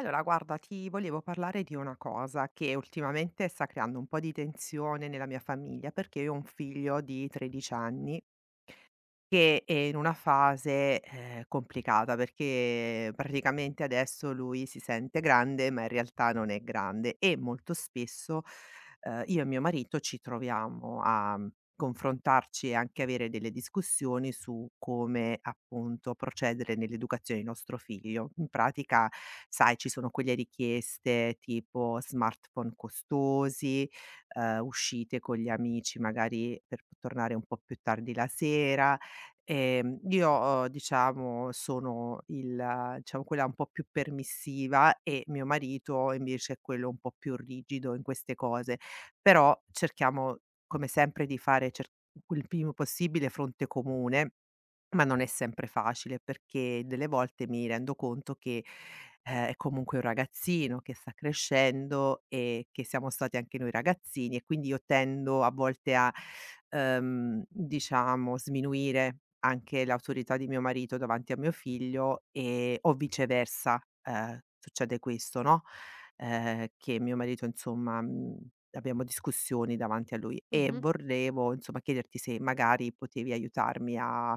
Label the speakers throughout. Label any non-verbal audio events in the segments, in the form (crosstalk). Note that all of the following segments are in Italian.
Speaker 1: Allora, guarda, ti volevo parlare di una cosa che ultimamente sta creando un po' di tensione nella mia famiglia, perché io ho un figlio di 13 anni che è in una fase, complicata perché praticamente adesso lui si sente grande, ma in realtà non è grande e molto spesso, io e mio marito ci troviamo a, confrontarci e anche avere delle discussioni su come, appunto, procedere nell'educazione di nostro figlio. In pratica, sai, ci sono quelle richieste tipo smartphone costosi, uscite con gli amici magari per p tornare un po' più tardi la sera. Diciamo sono il diciamo quella un po' più permissiva e mio marito invece è quello un po' più rigido in queste cose, però cerchiamo come sempre di fare cer il primo possibile fronte comune, ma non è sempre facile, perché delle volte mi rendo conto che, è comunque un ragazzino che sta crescendo e che siamo stati anche noi ragazzini, e quindi io tendo a volte a, diciamo sminuire anche l'autorità di mio marito davanti a mio figlio e o viceversa. Succede questo, no, che mio marito insomma, abbiamo discussioni davanti a lui, e
Speaker 2: Mh-mh.
Speaker 1: volevo insomma chiederti se magari potevi aiutarmi a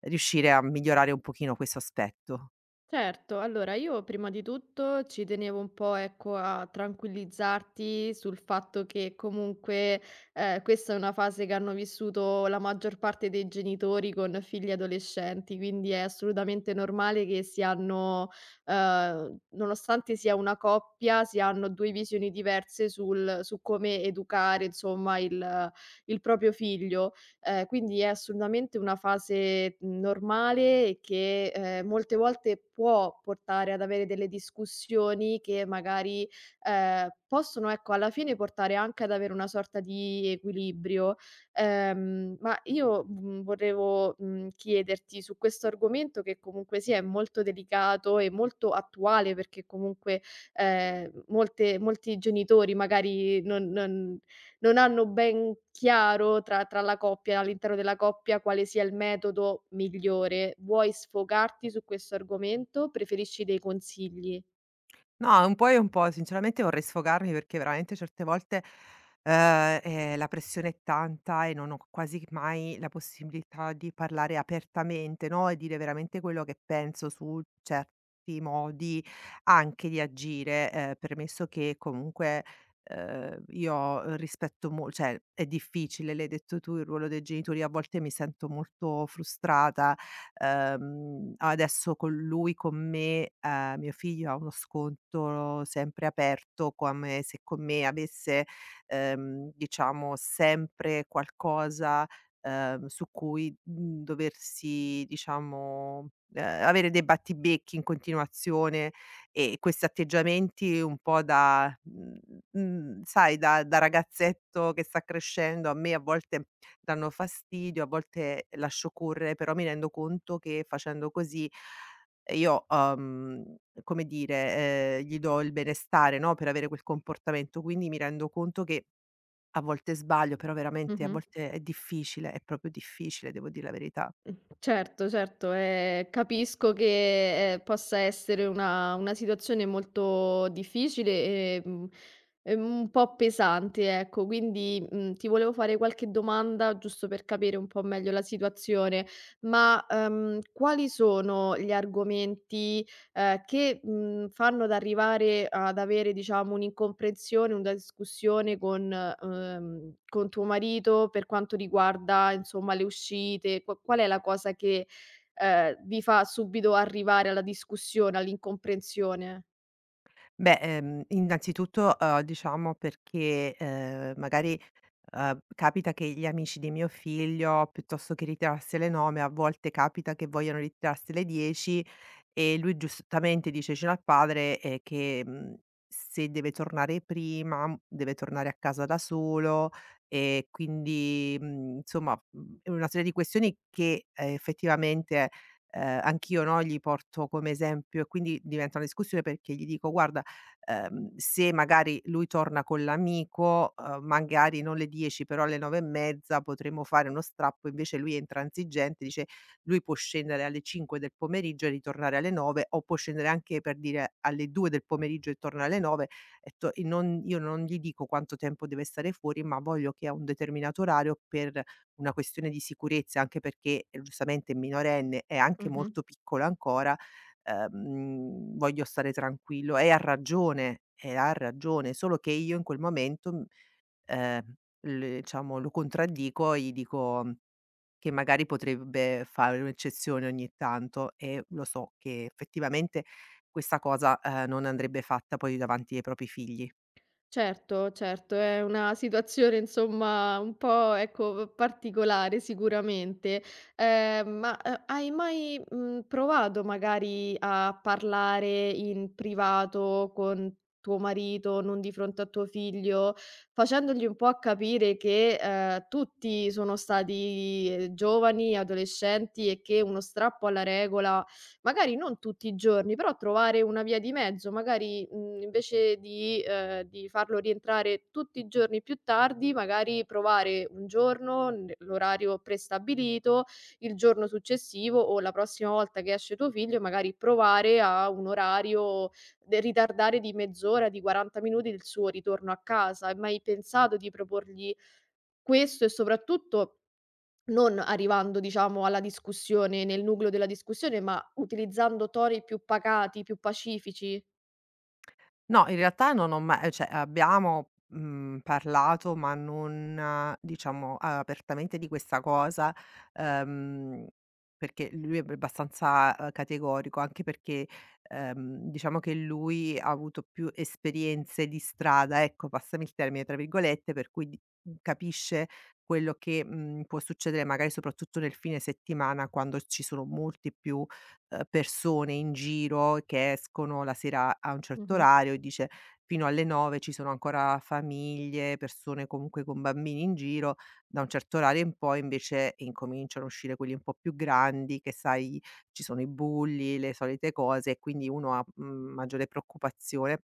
Speaker 1: riuscire a migliorare un pochino questo aspetto.
Speaker 2: Certo, allora io prima di tutto ci tenevo un po', ecco, a tranquillizzarti sul fatto che comunque, questa è una fase che hanno vissuto la maggior parte dei genitori con figli adolescenti, quindi è assolutamente normale che si hanno nonostante sia una coppia, si hanno 2 visioni diverse sul su come educare, insomma, il proprio figlio. Quindi è assolutamente una fase normale e che, molte volte può portare ad avere delle discussioni che magari, possono, ecco, alla fine portare anche ad avere una sorta di equilibrio. Ma io, volevo, chiederti su questo argomento che comunque sia è molto delicato e molto attuale perché comunque, molte molti genitori magari non hanno ben chiaro tra la coppia all'interno della coppia quale sia il metodo migliore. Vuoi sfogarti su questo argomento? Preferisci dei consigli?
Speaker 1: No, un po' e un po'. Sinceramente vorrei sfogarmi perché veramente certe volte, la pressione è tanta e non ho quasi mai la possibilità di parlare apertamente, no, e dire veramente quello che penso su certi modi anche di agire. Premesso che comunque, io rispetto mol cioè è difficile, l'hai detto tu, il ruolo dei genitori, a volte mi sento molto frustrata. Adesso con lui, con me, mio figlio ha uno sconto sempre aperto, come se con me avesse, diciamo sempre qualcosa, su cui, doversi diciamo, avere dei battibecchi in continuazione. E questi atteggiamenti un po' da sai da ragazzetto che sta crescendo a me a volte danno fastidio, a volte lascio correre, però mi rendo conto che facendo così io, come dire, gli do il benestare, no, per avere quel comportamento, quindi mi rendo conto che a volte sbaglio, però veramente a
Speaker 2: Mh-mh.
Speaker 1: volte è difficile, è proprio difficile, devo dir la verità.
Speaker 2: Mh, certo, certo, capisco che, possa essere una situazione molto difficile e, e un po' pesante, ecco. Quindi, ti volevo fare qualche domanda giusto per capire un po' meglio la situazione, ma, quali sono gli argomenti che, fanno ad arrivare ad avere, diciamo, un'incomprensione, una discussione con tuo marito per quanto riguarda, insomma, le uscite? Qual è la cosa che, vi fa subito arrivare alla discussione, all'incomprensione?
Speaker 1: Beh, innanzitutto, diciamo perché, magari, capita che gli amici di mio figlio, piuttosto che ritirarsi alle 9, a volte capita che vogliano ritirarsi alle 10, e lui giustamente dice cino al padre, che, se deve tornare prima, deve tornare a casa da solo. E quindi, insomma, è una serie di questioni che, effettivamente, anch'io, no, gli porto come esempio, e quindi diventa una discussione perché gli dico: "Guarda, se magari lui torna con l'amico, magari non alle 10 però alle 9 e mezza potremmo fare uno strappo". Invece lui è intransigente, dice: "Lui può scendere alle 5 del pomeriggio e ritornare alle 9", o può scendere anche per dire alle 2 del pomeriggio e torna alle 9, e non, io non gli dico quanto tempo deve stare fuori, ma voglio che a un determinato orario, per una questione di sicurezza, anche perché, giustamente è minorenne, è anche
Speaker 2: Mh-mh.
Speaker 1: molto piccola ancora, voglio stare tranquillo. E ha ragione, e ha ragione, solo che io in quel momento, ehm, le diciamo lo contraddico e gli dico, che magari potrebbe fare un'eccezione ogni tanto, e lo so che effettivamente questa cosa, non andrebbe fatta poi davanti ai propri figli.
Speaker 2: Certo, certo, è una situazione insomma un po', ecco, particolare sicuramente. Ma, hai mai, provato magari a parlare in privato con tuo marito, non di fronte a tuo figlio, facendogli un po' a capire che, tutti sono stati giovani, adolescenti e che uno strappo alla regola magari non tutti i giorni, però trovare una via di mezzo, magari, invece di farlo rientrare tutti i giorni più tardi, magari provare un giorno n l'orario prestabilito, il giorno successivo o la prossima volta che esce tuo figlio magari provare a un orario de ritardare di mezz'ora, di 40 minuti il suo ritorno a casa. Hai mai pensato di proporgli questo e soprattutto non arrivando diciamo alla discussione nel nucleo della discussione, ma utilizzando toni più pacati, più pacifici.
Speaker 1: No, in realtà non ho cioè abbiamo, parlato ma non diciamo apertamente di questa cosa, ehm, perché lui è b abbastanza, categorico, anche perché, diciamo che lui ha avuto più esperienze di strada, ecco, passami il termine, tra virgolette, per cui di capisce quello che, può succedere magari soprattutto nel fine settimana quando ci sono molti più persone in giro che escono la sera a un certo
Speaker 2: Mh-mh.
Speaker 1: orario, e dice: "Fino alle 9 ci sono ancora famiglie, persone comunque con bambini in giro. Da un certo orario in poi invece incominciano a uscire quelli un po' più grandi, che sai ci sono i bulli, le solite cose, e quindi uno ha, maggiore preoccupazione".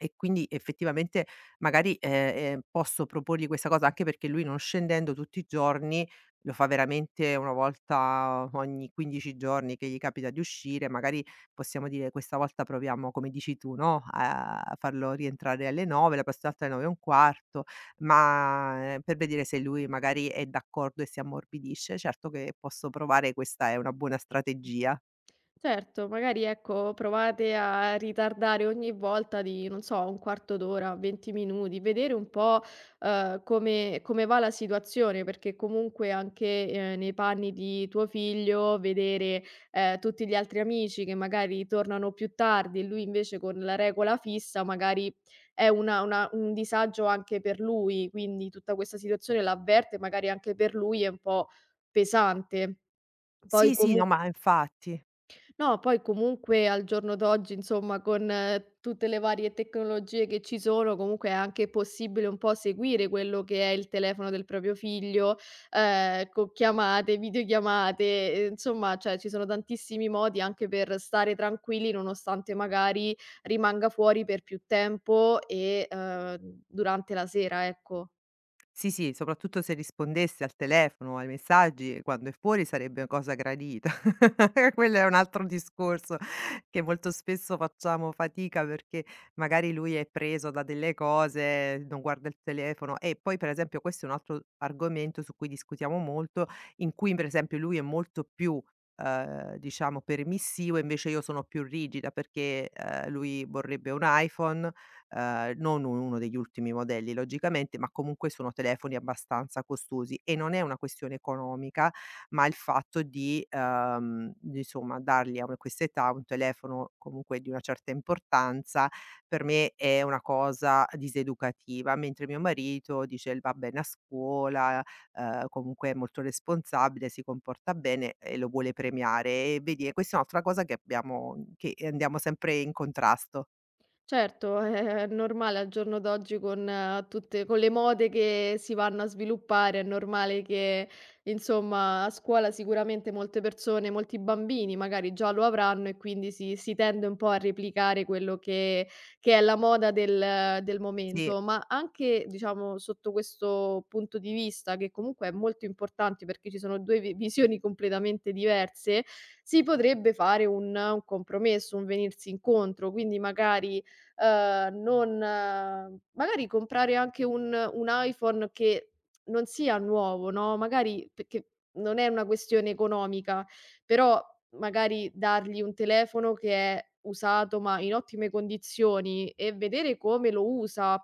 Speaker 1: E quindi effettivamente magari, posso proporgli questa cosa, anche perché lui non scendendo tutti i giorni, lo fa veramente 1 volta ogni 15 giorni che gli capita di uscire, magari possiamo dire: "Questa volta proviamo", come dici tu, no, a farlo rientrare alle 9, la prossima volta alle 9:15, ma, per vedere se lui magari è d'accordo e si ammorbidisce. Certo che posso provare, questa è una buona strategia.
Speaker 2: Certo, magari ecco, provate a ritardare ogni volta di, non so, un quarto d'ora, 20 minuti, vedere un po', come, come va la situazione, perché comunque anche, nei panni di tuo figlio, vedere, tutti gli altri amici che magari tornano più tardi e lui invece con la regola fissa, magari è un disagio anche per lui, quindi tutta questa situazione l'avverte, magari anche per lui è un po' pesante. Poi
Speaker 1: Sì, sì, no,
Speaker 2: comunque
Speaker 1: ma infatti.
Speaker 2: no, poi comunque al giorno d'oggi, insomma, con tutte le varie tecnologie che ci sono, comunque è anche possibile un po' seguire quello che è il telefono del proprio figlio, con chiamate, videochiamate, insomma, cioè ci sono tantissimi modi anche per stare tranquilli, nonostante magari rimanga fuori per più tempo e, durante la sera, ecco.
Speaker 1: Sì, sì, soprattutto se rispondesse al telefono, ai messaggi, quando è fuori sarebbe una cosa gradita. (laughs) Quello è un altro discorso, che molto spesso facciamo fatica perché magari lui è preso da delle cose, non guarda il telefono, e poi per esempio questo è un altro argomento su cui discutiamo molto, in cui per esempio lui è molto più diciamo permissivo, invece io sono più rigida, perché lui vorrebbe un iPhone, non u uno degli ultimi modelli logicamente, ma comunque sono telefoni abbastanza costosi, e non è una questione economica, ma il fatto di insomma dargli a una questa età un telefono comunque di una certa importanza, per me è una cosa diseducativa, mentre mio marito dice: "L va bene a scuola, comunque è molto responsabile, si comporta bene", e lo vuole premiare. E vedi, e questa è un'altra cosa che abbiamo, che andiamo sempre in contrasto.
Speaker 2: Certo, è normale al giorno d'oggi con tutte con le mode che si vanno a sviluppare, è normale che insomma a scuola sicuramente molte persone, molti bambini magari già lo avranno e quindi si tende un po' a replicare quello che è la moda del
Speaker 1: Sì.
Speaker 2: momento. Ma anche diciamo sotto questo punto di vista, che comunque è molto importante perché ci sono 2 vi visioni completamente diverse, si potrebbe fare un compromesso, un venirsi incontro, quindi magari non magari comprare anche un iPhone che non sia nuovo, no, magari perché non è una questione economica, però magari dargli un telefono che è usato, ma in ottime condizioni e vedere come lo usa.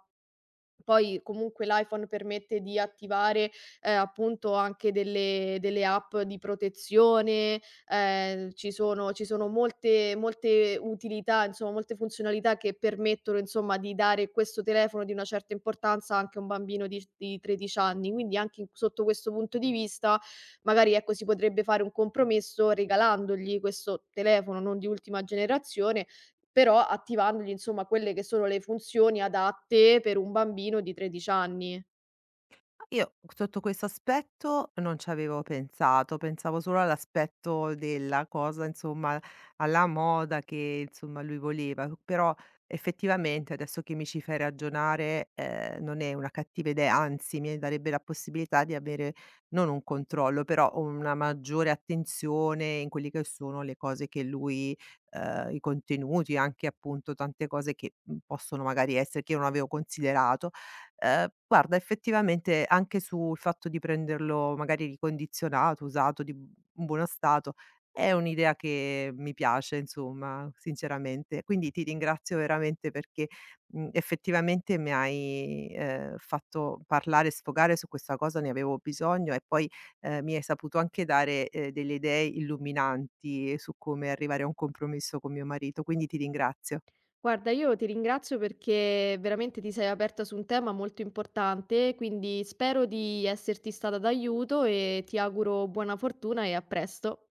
Speaker 2: Poi comunque l'iPhone permette di attivare, appunto anche delle app di protezione, ci sono molte utilità, insomma molte funzionalità che permettono insomma di dare questo telefono di una certa importanza anche a un bambino di 13 anni. Quindi anche in sotto questo punto di vista magari, ecco, si potrebbe fare un compromesso regalandogli questo telefono non di ultima generazione, però attivandogli insomma quelle che sono le funzioni adatte per un bambino di 13 anni.
Speaker 1: Io sotto questo aspetto non ci avevo pensato, pensavo solo all'aspetto della cosa, insomma, alla moda che, insomma, lui voleva, però effettivamente adesso che mi ci fai ragionare, non è una cattiva idea, anzi mi darebbe la possibilità di avere non un controllo, però una maggiore attenzione in quelli che sono le cose che lui i contenuti, anche appunto tante cose che, possono magari essere che io non avevo considerato. Guarda effettivamente anche sul fatto di prenderlo magari ricondizionato, usato, di b in buono stato, è un'idea che mi piace insomma, sinceramente. Quindi ti ringrazio veramente perché, effettivamente mi hai, fatto parlare e sfogare su questa cosa, ne avevo bisogno, e poi, mi hai saputo anche dare, delle idee illuminanti su come arrivare a un compromesso con mio marito, quindi ti ringrazio.
Speaker 2: Guarda, io ti ringrazio perché veramente ti sei aperta su un tema molto importante, quindi spero di esserti stata d'aiuto e ti auguro buona fortuna e a presto.